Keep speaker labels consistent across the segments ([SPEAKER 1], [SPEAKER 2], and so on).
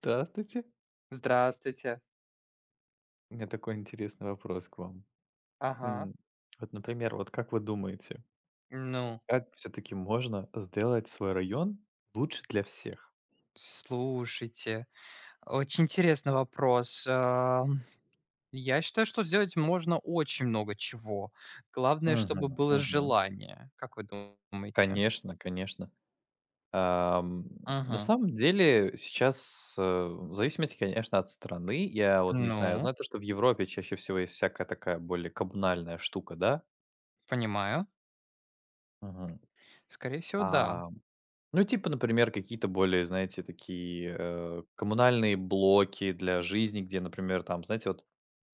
[SPEAKER 1] Здравствуйте.
[SPEAKER 2] Здравствуйте.
[SPEAKER 1] У меня такой интересный вопрос к вам.
[SPEAKER 2] Ага.
[SPEAKER 1] М, Вот, например, вот как вы думаете,
[SPEAKER 2] Ну,
[SPEAKER 1] как все-таки можно сделать свой район лучше для всех?
[SPEAKER 2] слушайте, очень интересный вопрос. Я считаю, что сделать можно очень много чего. Главное,
[SPEAKER 1] Мгм,
[SPEAKER 2] чтобы было
[SPEAKER 1] мгм.
[SPEAKER 2] желание. Как вы думаете?
[SPEAKER 1] Конечно, конечно. Ам, На
[SPEAKER 2] Мгм.
[SPEAKER 1] самом деле сейчас, в зависимости, конечно, от страны, я вот не знаю,
[SPEAKER 2] Ну,
[SPEAKER 1] знаю то, что в Европе чаще всего есть всякая такая более коммунальная штука, да?
[SPEAKER 2] понимаю.
[SPEAKER 1] Мгм.
[SPEAKER 2] Скорее всего, да.
[SPEAKER 1] А Ну, типа, например, какие-то более, знаете, такие, коммунальные блоки для жизни, где, например, там, знаете, вот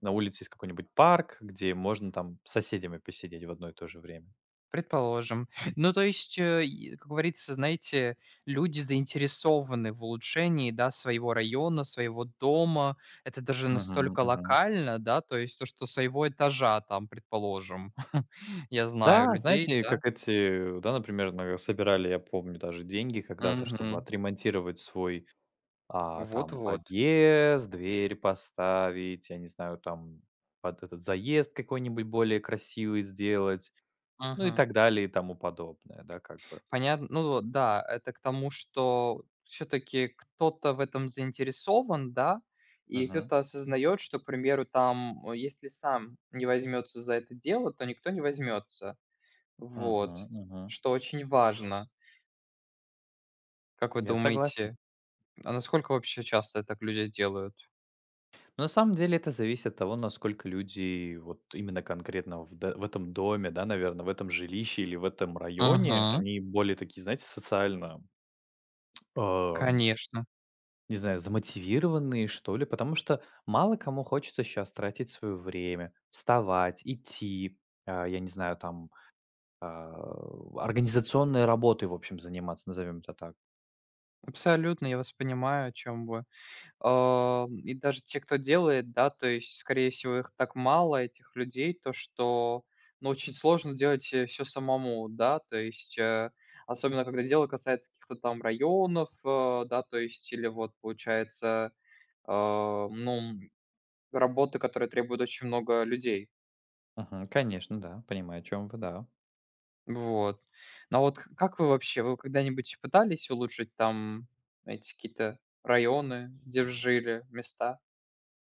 [SPEAKER 1] на улице есть какой-нибудь парк, где можно там с соседями посидеть в одно и то же время.
[SPEAKER 2] Предположим. Ну, то есть, и, как говорится, знаете, люди заинтересованы в улучшении, да, своего района, своего дома. Это даже
[SPEAKER 1] Мгм,
[SPEAKER 2] настолько
[SPEAKER 1] мгм.
[SPEAKER 2] локально, да, то есть то, что своего этажа там, предположим. Я знаю
[SPEAKER 1] Да,
[SPEAKER 2] людей,
[SPEAKER 1] знаете, как
[SPEAKER 2] да.
[SPEAKER 1] эти, да, например, на собирали, я помню, даже деньги когда-то, чтобы
[SPEAKER 2] Мгм.
[SPEAKER 1] отремонтировать свой, там,
[SPEAKER 2] Вот-вот.
[SPEAKER 1] подъезд, дверь поставить, я не знаю, там, под этот заезд какой-нибудь более красивый сделать, ну и так далее и тому подобное, да, как бы.
[SPEAKER 2] Понятно. Ну вот, да, это к тому, что все-таки кто-то в этом заинтересован, да, и
[SPEAKER 1] Мгм.
[SPEAKER 2] кто-то осознает, что, к примеру, там, если сам не возьмется за это дело, то никто не возьмется. Вот.
[SPEAKER 1] Мгм. Мгм.
[SPEAKER 2] Что очень важно. Как вы
[SPEAKER 1] Я согласен.
[SPEAKER 2] думаете, а насколько вообще часто так люди делают?
[SPEAKER 1] Но на самом деле это зависит от того, насколько люди вот именно конкретно в этом доме, да, наверное, в этом жилище или в этом районе,
[SPEAKER 2] Ага.
[SPEAKER 1] они более такие, знаете, социально, э,
[SPEAKER 2] Конечно.
[SPEAKER 1] не знаю, замотивированные, что ли, потому что мало кому хочется сейчас тратить свое время, вставать, идти, я не знаю, там, а, организационной работой, в общем, заниматься, назовем это так.
[SPEAKER 2] Абсолютно, я вас понимаю, о чем вы. И даже те, кто делает, да, то есть, скорее всего, их так мало, этих людей, то что, ну, очень сложно делать, все самому, да. То есть, особенно когда дело касается каких-то там районов, да, то есть или вот получается, ну, работы, которые требуют очень много людей.
[SPEAKER 1] Мгм. Конечно, да, понимаю, о чем вы, да.
[SPEAKER 2] Вот. Но вот к как вы вообще, вы когда-нибудь пытались улучшить там эти какие-то районы, где вы жили, места?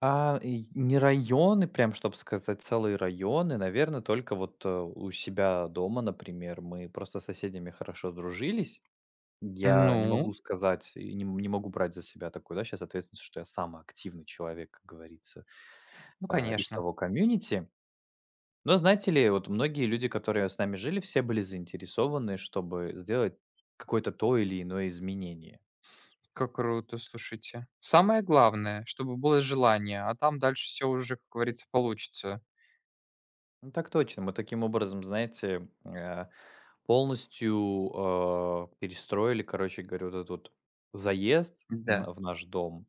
[SPEAKER 1] И не районы, прям чтобы сказать, целые районы. Наверное, только вот, у себя дома, например, мы просто с соседями хорошо дружились. Я не
[SPEAKER 2] Ну,
[SPEAKER 1] могу сказать и не могу брать за себя такую, да, сейчас ответственность, что я самый активный человек, как говорится,
[SPEAKER 2] ну,
[SPEAKER 1] из
[SPEAKER 2] конечно.
[SPEAKER 1] того комьюнити. Но, знаете ли, вот многие люди, которые с нами жили, все были заинтересованы, чтобы сделать какое-то то или иное изменение.
[SPEAKER 2] Как круто, слушайте. Самое главное, чтобы было желание, а там дальше все уже, как говорится, получится.
[SPEAKER 1] Ну, так точно. Мы таким образом, знаете, полностью перестроили, короче говоря, вот этот вот заезд
[SPEAKER 2] Да.
[SPEAKER 1] в наш дом.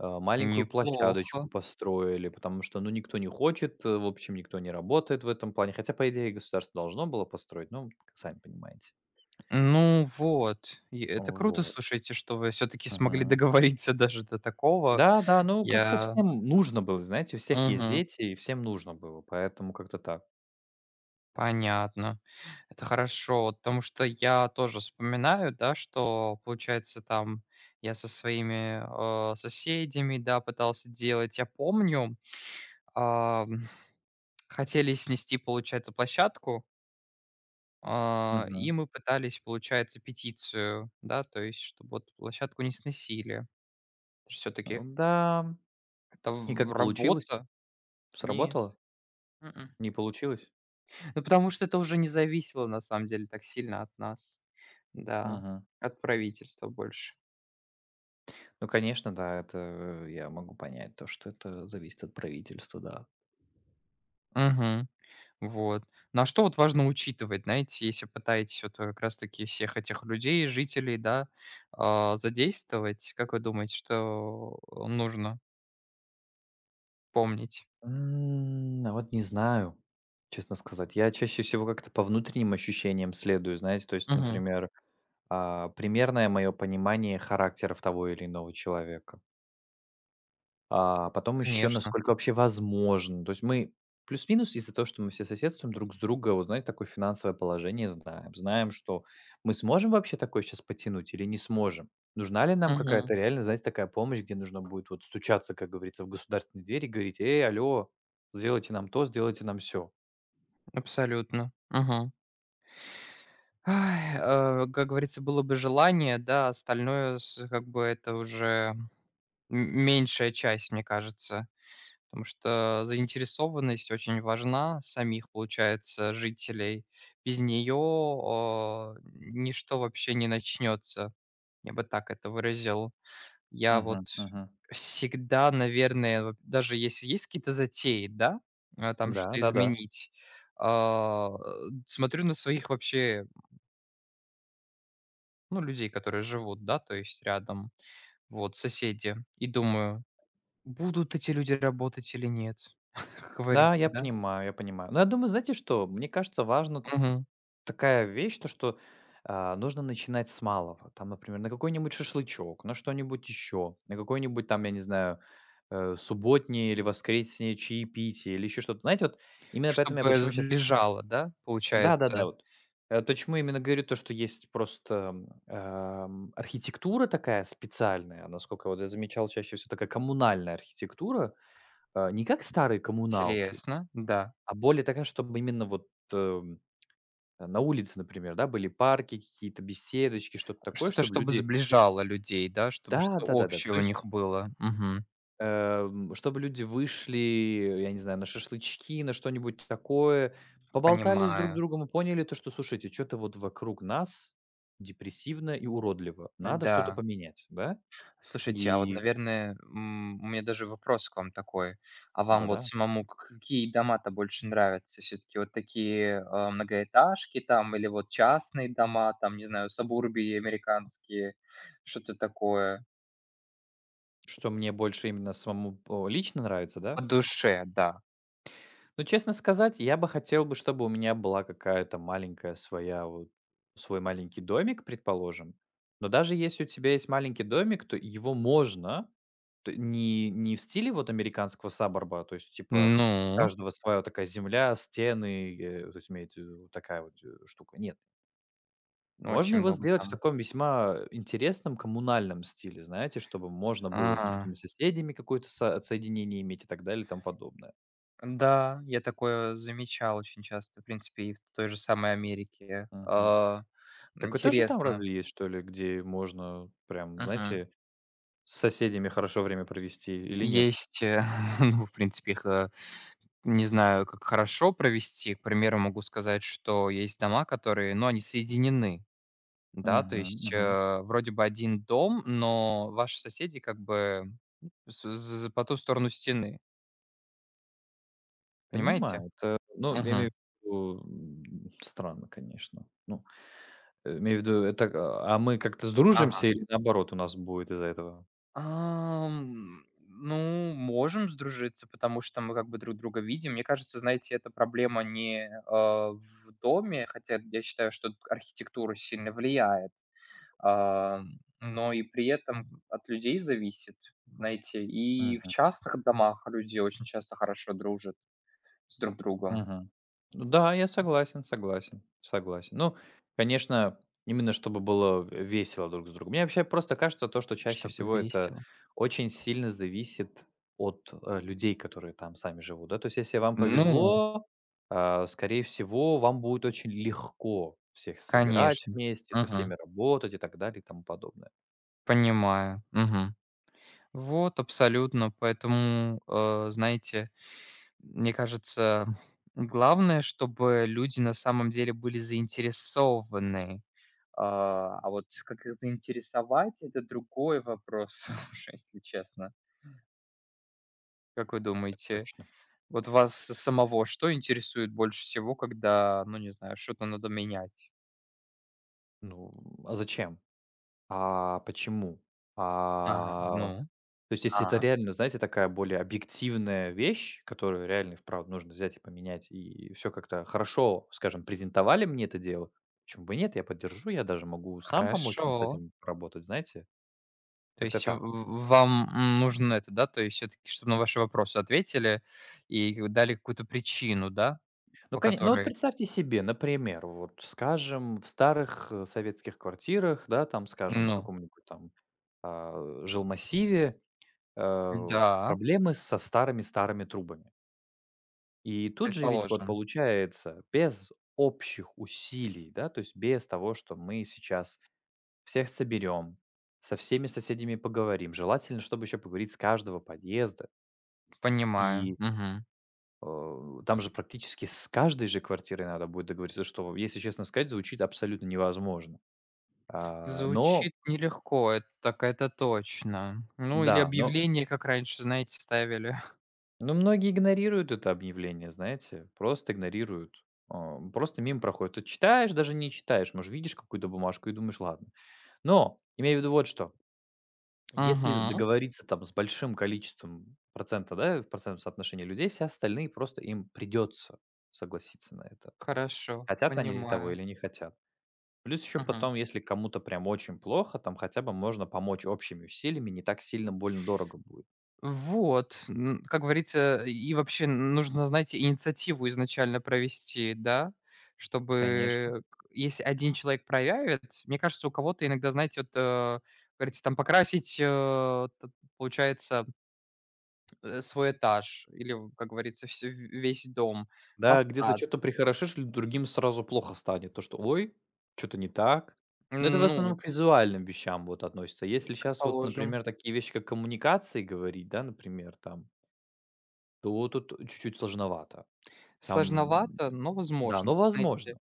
[SPEAKER 1] Маленькую площадочку
[SPEAKER 2] Неплохо.
[SPEAKER 1] построили, потому что, ну, никто не хочет, в общем, никто не работает в этом плане. Хотя, по идее, государство должно было построить, ну, сами понимаете.
[SPEAKER 2] Ну вот, и это круто,
[SPEAKER 1] Вот.
[SPEAKER 2] слушайте, что вы все таки смогли
[SPEAKER 1] Мгм.
[SPEAKER 2] договориться даже до такого.
[SPEAKER 1] Да, да, ну, как-то
[SPEAKER 2] Я
[SPEAKER 1] всем нужно было, знаете, у всех есть
[SPEAKER 2] Мгм.
[SPEAKER 1] дети, и всем нужно было, поэтому как-то так.
[SPEAKER 2] Понятно. Это хорошо, вот потому что я тоже вспоминаю, да, что, получается, там я со своими, соседями, да, пытался делать. Я помню, ам, хотели снести, получается, площадку. И
[SPEAKER 1] Мгм.
[SPEAKER 2] мы пытались, получается, петицию, да, то есть, чтобы вот площадку не сносили. Все-таки
[SPEAKER 1] Да,
[SPEAKER 2] это
[SPEAKER 1] и как получилось,
[SPEAKER 2] работа. Нет.
[SPEAKER 1] сработало?
[SPEAKER 2] Мгм.
[SPEAKER 1] Не получилось?
[SPEAKER 2] Ну, потому что это уже не зависело, на самом деле, так сильно от нас. Да,
[SPEAKER 1] Мгм.
[SPEAKER 2] от правительства больше.
[SPEAKER 1] Ну, конечно, да, это я могу понять то, что это зависит от правительства, да.
[SPEAKER 2] Мгм. Вот. На что вот важно учитывать, знаете, если пытаетесь вот как раз-таки всех этих людей, жителей, да, задействовать, как вы думаете, что нужно помнить?
[SPEAKER 1] А вот не знаю, честно сказать. Я чаще всего как-то по внутренним ощущениям следую, знаете, то есть,
[SPEAKER 2] Мгм.
[SPEAKER 1] например, примерное мое понимание характеров того или иного человека. А потом еще,
[SPEAKER 2] Конечно.
[SPEAKER 1] насколько вообще возможно. То есть мы плюс-минус из-за того, что мы все соседствуем друг с друга, вот знаете, такое финансовое положение знаем. Знаем, что мы сможем вообще такое сейчас потянуть или не сможем. Нужна ли нам
[SPEAKER 2] Мгм.
[SPEAKER 1] какая-то реально, знаете, такая помощь, где нужно будет вот стучаться, как говорится, в государственные двери и говорить, эй, алло, сделайте нам то, сделайте нам все.
[SPEAKER 2] Абсолютно. Мгм. Как говорится, было бы желание, да, остальное с как бы это уже м меньшая часть, мне кажется. Потому что заинтересованность очень важна самих, получается, жителей. Без нее, ничто вообще не начнется. Я бы так это выразил. Я вот
[SPEAKER 1] Мгм, мгм.
[SPEAKER 2] всегда, наверное, вот даже если есть какие-то затеи, да, там
[SPEAKER 1] Да,
[SPEAKER 2] что-то
[SPEAKER 1] да, да.
[SPEAKER 2] изменить, а, смотрю на своих вообще, ну, людей, которые живут, да, то есть рядом, вот, соседи, и думаю, будут эти люди работать или нет, как
[SPEAKER 1] Да,
[SPEAKER 2] говорится,
[SPEAKER 1] я
[SPEAKER 2] да?
[SPEAKER 1] понимаю, я понимаю. Но я думаю, знаете что, мне кажется, важно.
[SPEAKER 2] Мгм.
[SPEAKER 1] Такая вещь, то что, нужно начинать с малого. Там, например, на какой-нибудь шашлычок, на что-нибудь еще, на какой-нибудь там, я не знаю, субботнее или воскреснее чаепитие или еще что-то. Знаете, вот именно поэтому я
[SPEAKER 2] Чтобы
[SPEAKER 1] почему сейчас.
[SPEAKER 2] сближало, да,
[SPEAKER 1] Да-да-да,
[SPEAKER 2] получается?
[SPEAKER 1] вот. Почему именно говорю то, что есть просто, архитектура такая специальная, насколько вот я замечал, чаще всего такая коммунальная архитектура, а, не как старые коммуналки,
[SPEAKER 2] Интересно, да.
[SPEAKER 1] а более такая, чтобы именно вот, э на улице, например, да, были парки, какие-то беседочки, что-то такое,
[SPEAKER 2] Что-то,
[SPEAKER 1] чтобы
[SPEAKER 2] чтобы
[SPEAKER 1] люди.
[SPEAKER 2] сближало людей, да, чтобы что
[SPEAKER 1] Да-да-да-да.
[SPEAKER 2] общее
[SPEAKER 1] То
[SPEAKER 2] у
[SPEAKER 1] есть,
[SPEAKER 2] них было. Мгм.
[SPEAKER 1] чтобы люди вышли, я не знаю, на шашлычки, на что-нибудь такое, поболтали с друг
[SPEAKER 2] Понимаю.
[SPEAKER 1] другом и поняли то, что, слушайте, что то вот вокруг нас депрессивно и уродливо, надо что-то
[SPEAKER 2] Да.
[SPEAKER 1] поменять, да.
[SPEAKER 2] Слушайте, а вот,
[SPEAKER 1] И
[SPEAKER 2] наверное, у меня даже вопрос к вам такой. А вам вот
[SPEAKER 1] да-да,
[SPEAKER 2] самому какие дома-то больше нравятся? Все-таки вот такие многоэтажки там или вот частные дома, там, не знаю, сабурбии американские, что-то такое?
[SPEAKER 1] что мне больше именно самому, лично нравится,
[SPEAKER 2] По
[SPEAKER 1] да.
[SPEAKER 2] душе, да.
[SPEAKER 1] Ну, честно сказать, я бы хотел бы, чтобы у меня была какая-то маленькая своя, вот, свой маленький домик, предположим. Но даже если у тебя есть маленький домик, то его можно не, не в стиле вот американского саборба, то есть, типа, у
[SPEAKER 2] Ну,
[SPEAKER 1] каждого своя вот такая земля, стены, то есть, имеет в виду вот такая вот штука. Нет. Можно
[SPEAKER 2] очень
[SPEAKER 1] его
[SPEAKER 2] много
[SPEAKER 1] сделать в
[SPEAKER 2] там.
[SPEAKER 1] таком весьма интересном коммунальном стиле, знаете, чтобы можно было с другими
[SPEAKER 2] А,
[SPEAKER 1] соседями какое-то соединение иметь и так далее и тому подобное.
[SPEAKER 2] да, я такое замечал очень часто, в принципе, и в той же самой Америке.
[SPEAKER 1] Мгм. Такое тоже там
[SPEAKER 2] Интересно.
[SPEAKER 1] разве есть, что ли, где можно прям,
[SPEAKER 2] Мгм.
[SPEAKER 1] знаете, с соседями хорошо время провести или нет?
[SPEAKER 2] Есть, ну, в принципе, не знаю, как хорошо провести. К примеру, могу сказать, что есть дома, которые, ну, они соединены, да, то
[SPEAKER 1] Мгм,
[SPEAKER 2] есть,
[SPEAKER 1] мгм.
[SPEAKER 2] вроде бы один дом, но ваши соседи как бы с з по ту сторону стены, понимаете?
[SPEAKER 1] Понимаю. Это, ну, я имею
[SPEAKER 2] Мгм.
[SPEAKER 1] в виду, странно, конечно. Ну, имею в виду, это, а мы как-то
[SPEAKER 2] Ага.
[SPEAKER 1] сдружимся или наоборот у нас будет из-за этого?
[SPEAKER 2] Ну, можем сдружиться, потому что мы как бы друг друга видим. Мне кажется, знаете, эта проблема не, в доме, хотя я считаю, что архитектура сильно влияет. А, но и при этом от людей зависит, знаете. И в частных домах люди очень часто хорошо дружат с друг другом,
[SPEAKER 1] Мгм. Ну, да, я согласен, согласен, согласен. Ну, конечно, именно чтобы было весело друг с другом. Мне вообще просто кажется то, что чаще
[SPEAKER 2] чтобы
[SPEAKER 1] всего это
[SPEAKER 2] весело.
[SPEAKER 1] очень сильно зависит от людей, которые там сами живут, да. То есть, если вам
[SPEAKER 2] Ну,
[SPEAKER 1] повезло, скорее всего, вам будет очень легко всех собирать
[SPEAKER 2] конечно.
[SPEAKER 1] вместе, со
[SPEAKER 2] Мгм.
[SPEAKER 1] всеми работать и так далее и тому подобное.
[SPEAKER 2] Понимаю. Мгм. Вот, абсолютно. Поэтому, знаете, мне кажется, главное, чтобы люди на самом деле были заинтересованы. А вот как их заинтересовать- это другой вопрос уже, если честно. Как вы
[SPEAKER 1] Это
[SPEAKER 2] думаете,
[SPEAKER 1] точно.
[SPEAKER 2] вот вас самого что интересует больше всего, когда, ну, не знаю, что-то надо менять?
[SPEAKER 1] Ну, а зачем? А почему?
[SPEAKER 2] Ага,
[SPEAKER 1] А
[SPEAKER 2] ну,
[SPEAKER 1] То есть, если это
[SPEAKER 2] а,
[SPEAKER 1] реально, знаете, такая более объективная вещь, которую реально и вправду нужно взять и поменять, и все как-то хорошо, скажем, презентовали мне это дело, почему бы и нет? Я поддержу, я даже могу сам помочь вам с
[SPEAKER 2] хорошо.
[SPEAKER 1] этим работать, знаете,
[SPEAKER 2] То
[SPEAKER 1] как-то
[SPEAKER 2] есть в
[SPEAKER 1] так.
[SPEAKER 2] в вам, нужно это, да, то есть все таки чтобы на ваши вопросы ответили и дали какую-то причину, да,
[SPEAKER 1] Ну,
[SPEAKER 2] по
[SPEAKER 1] конечно, ну, вот
[SPEAKER 2] которой,
[SPEAKER 1] представьте себе, например, вот, скажем, в старых, советских квартирах, да, там, скажем, в
[SPEAKER 2] ну
[SPEAKER 1] каком-нибудь там, жилмассиве,
[SPEAKER 2] да,
[SPEAKER 1] проблемы со старыми-старыми трубами. И тут же ведь вот
[SPEAKER 2] предположим.
[SPEAKER 1] получается, без общих усилий, да, то есть без того, что мы сейчас всех соберем, со всеми соседями поговорим. Желательно, чтобы еще поговорить с каждого подъезда.
[SPEAKER 2] Понимаю,
[SPEAKER 1] И
[SPEAKER 2] мгм.
[SPEAKER 1] там же практически с каждой же квартирой надо будет договориться, что, если честно сказать, звучит абсолютно невозможно. Но,
[SPEAKER 2] Звучит нелегко, это так это точно. Ну, или
[SPEAKER 1] да, но,
[SPEAKER 2] объявление, как раньше, знаете, ставили.
[SPEAKER 1] но многие игнорируют это объявление, знаете, просто игнорируют. Просто мимо проходят. Ты читаешь, даже не читаешь. Может, видишь какую-то бумажку и думаешь, ладно. Но имею в виду вот что: если с
[SPEAKER 2] Мгм.
[SPEAKER 1] договориться там с большим количеством процента, да, в процентном соотношении людей, все остальные просто им придется согласиться на это.
[SPEAKER 2] Хорошо,
[SPEAKER 1] Хотят они того
[SPEAKER 2] понимаю.
[SPEAKER 1] или не хотят. Плюс еще
[SPEAKER 2] Мгм.
[SPEAKER 1] потом, если кому-то прям очень плохо, там хотя бы можно помочь общими усилиями, не так сильно больно дорого будет.
[SPEAKER 2] Вот, н как говорится, и вообще нужно, знаете, инициативу изначально провести, да,
[SPEAKER 1] Конечно.
[SPEAKER 2] чтобы к если один человек проявит, мне кажется, у кого-то иногда, знаете, вот, говорится, там покрасить, э, т получается, свой этаж или, как говорится, вс весь дом,
[SPEAKER 1] Да, где-то
[SPEAKER 2] фасад.
[SPEAKER 1] что то прихорошишь, ль другим сразу плохо станет. То, что: "Ой, что то не так". Но это в основном
[SPEAKER 2] Ну,
[SPEAKER 1] к визуальным вещам вот относится. Если сейчас вот,
[SPEAKER 2] предположим,
[SPEAKER 1] например, такие вещи, как коммуникации говорить, да, например, там, то вот тут чуть-чуть сложновато. Там,
[SPEAKER 2] сложновато, но
[SPEAKER 1] да, но
[SPEAKER 2] возможно,
[SPEAKER 1] возможно.
[SPEAKER 2] знаете.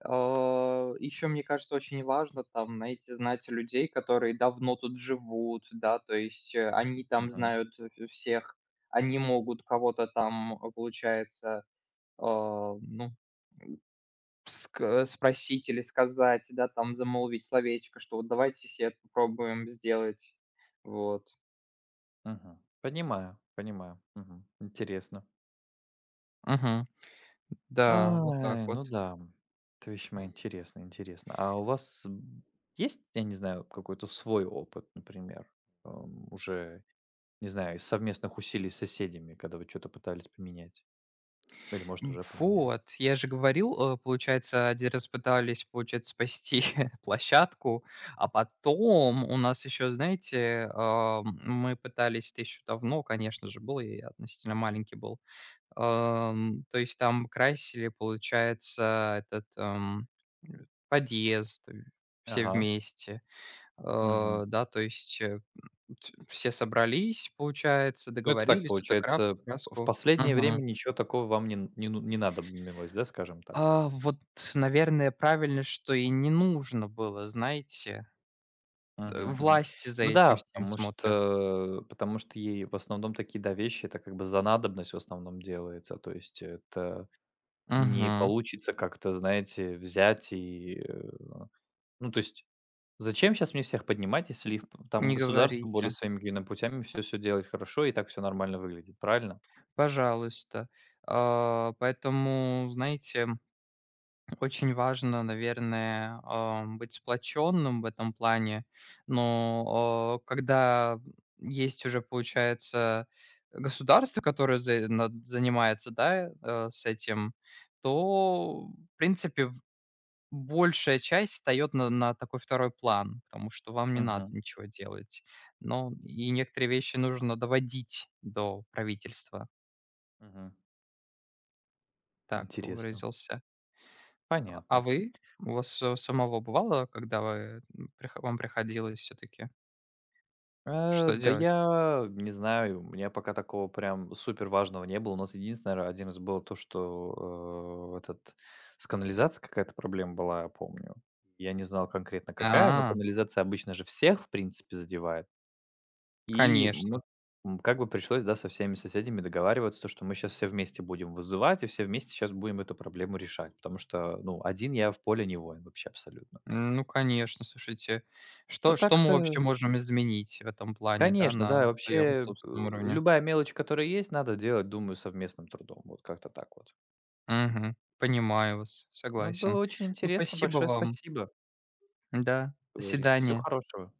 [SPEAKER 2] Еще, мне кажется, очень важно там, знаете, знать людей, которые давно тут живут, да, то есть они там
[SPEAKER 1] Мгм,
[SPEAKER 2] знают всех, они могут кого-то там, получается, а, ну, спросить или сказать, да, там замолвить словечко, что вот давайте все это попробуем сделать, вот.
[SPEAKER 1] мгм. Понимаю, понимаю. Мгм. Интересно.
[SPEAKER 2] Мгм. Да, вот так
[SPEAKER 1] Ай, ну
[SPEAKER 2] вот.
[SPEAKER 1] да, это весьма интересно, интересно. А у вас, есть, я не знаю, какой-то свой опыт, например, уже не знаю, из совместных усилий с соседями, когда вы что то пытались поменять. Или, может, уже поменяли.
[SPEAKER 2] Вот, я же говорил, получается, 1 раз пытались, получается, спасти площадку, а потом у нас еще, знаете, мы пытались это еще давно, конечно же, было, я относительно маленький был. То есть там красили, получается, этот, подъезд, все
[SPEAKER 1] Ага,
[SPEAKER 2] вместе.
[SPEAKER 1] мгм.
[SPEAKER 2] Да, то есть, э, т все собрались, получается,
[SPEAKER 1] Ну, это так
[SPEAKER 2] договорились, это крап
[SPEAKER 1] получается, в
[SPEAKER 2] краску.
[SPEAKER 1] последнее время ничего такого вам не н не ну не надобнилось, да, скажем так?
[SPEAKER 2] Вот, наверное, правильно, что и не нужно было, знаете. Д
[SPEAKER 1] Мгм, мгм.
[SPEAKER 2] Власти за
[SPEAKER 1] Ну
[SPEAKER 2] этим
[SPEAKER 1] да,
[SPEAKER 2] всем
[SPEAKER 1] потому
[SPEAKER 2] смотрят.
[SPEAKER 1] что потому что ей в основном такие, да, вещи, это как бы за надобность в основном делается. То есть это не
[SPEAKER 2] Мгм.
[SPEAKER 1] получится как-то, знаете, взять и, ну, то есть. Зачем сейчас мне всех поднимать, если и в там
[SPEAKER 2] Не
[SPEAKER 1] государство более
[SPEAKER 2] говорите.
[SPEAKER 1] своими какими-то путями всё-всё делает хорошо, и так все нормально выглядит, правильно?
[SPEAKER 2] Пожалуйста. Поэтому, знаете, очень важно, наверное, быть сплоченным в этом плане. Но, когда есть уже, получается, государство, которое за над занимается, да, с этим, то, в принципе, большая часть встаёт на такой второй план, потому что вам не надо
[SPEAKER 1] Мгм,
[SPEAKER 2] ничего делать. Но и некоторые вещи нужно доводить до правительства,
[SPEAKER 1] мгм.
[SPEAKER 2] так бы
[SPEAKER 1] Интересно.
[SPEAKER 2] выразился. А
[SPEAKER 1] Понятно.
[SPEAKER 2] вы? У вас у самого бывало, когда вы, м, прихо вам приходилось всё-таки что
[SPEAKER 1] Да
[SPEAKER 2] делать?
[SPEAKER 1] я не знаю, у меня пока такого прям супер важного не было. У нас единственное, наверно, один раз было то, что, этот с канализацией какая-то проблема была, я помню. Я не знал конкретно какая, но
[SPEAKER 2] А,
[SPEAKER 1] канализация обычно же всех, в принципе, задевает. И мы,
[SPEAKER 2] конечно.
[SPEAKER 1] как бы пришлось, да, со всеми соседями договариваться, то, что мы сейчас все вместе будем вызывать, и все вместе сейчас будем эту проблему решать, потому что, ну, один я в поле не воин вообще абсолютно.
[SPEAKER 2] Ну, конечно, слушайте,
[SPEAKER 1] Ну,
[SPEAKER 2] что что мы
[SPEAKER 1] так-то,
[SPEAKER 2] вообще можем изменить в этом плане, да,
[SPEAKER 1] конечно, да,
[SPEAKER 2] на своём
[SPEAKER 1] вообще
[SPEAKER 2] собственном уровне?
[SPEAKER 1] любая мелочь, которая есть, надо делать, думаю, совместным трудом, вот как-то так вот.
[SPEAKER 2] Мгм. Понимаю вас,
[SPEAKER 1] Ну, было
[SPEAKER 2] согласен.
[SPEAKER 1] очень
[SPEAKER 2] Ну,
[SPEAKER 1] интересно,
[SPEAKER 2] спасибо
[SPEAKER 1] большое
[SPEAKER 2] вам.
[SPEAKER 1] спасибо,
[SPEAKER 2] Да,
[SPEAKER 1] как
[SPEAKER 2] до
[SPEAKER 1] говорится, всего
[SPEAKER 2] свидания.
[SPEAKER 1] хорошего.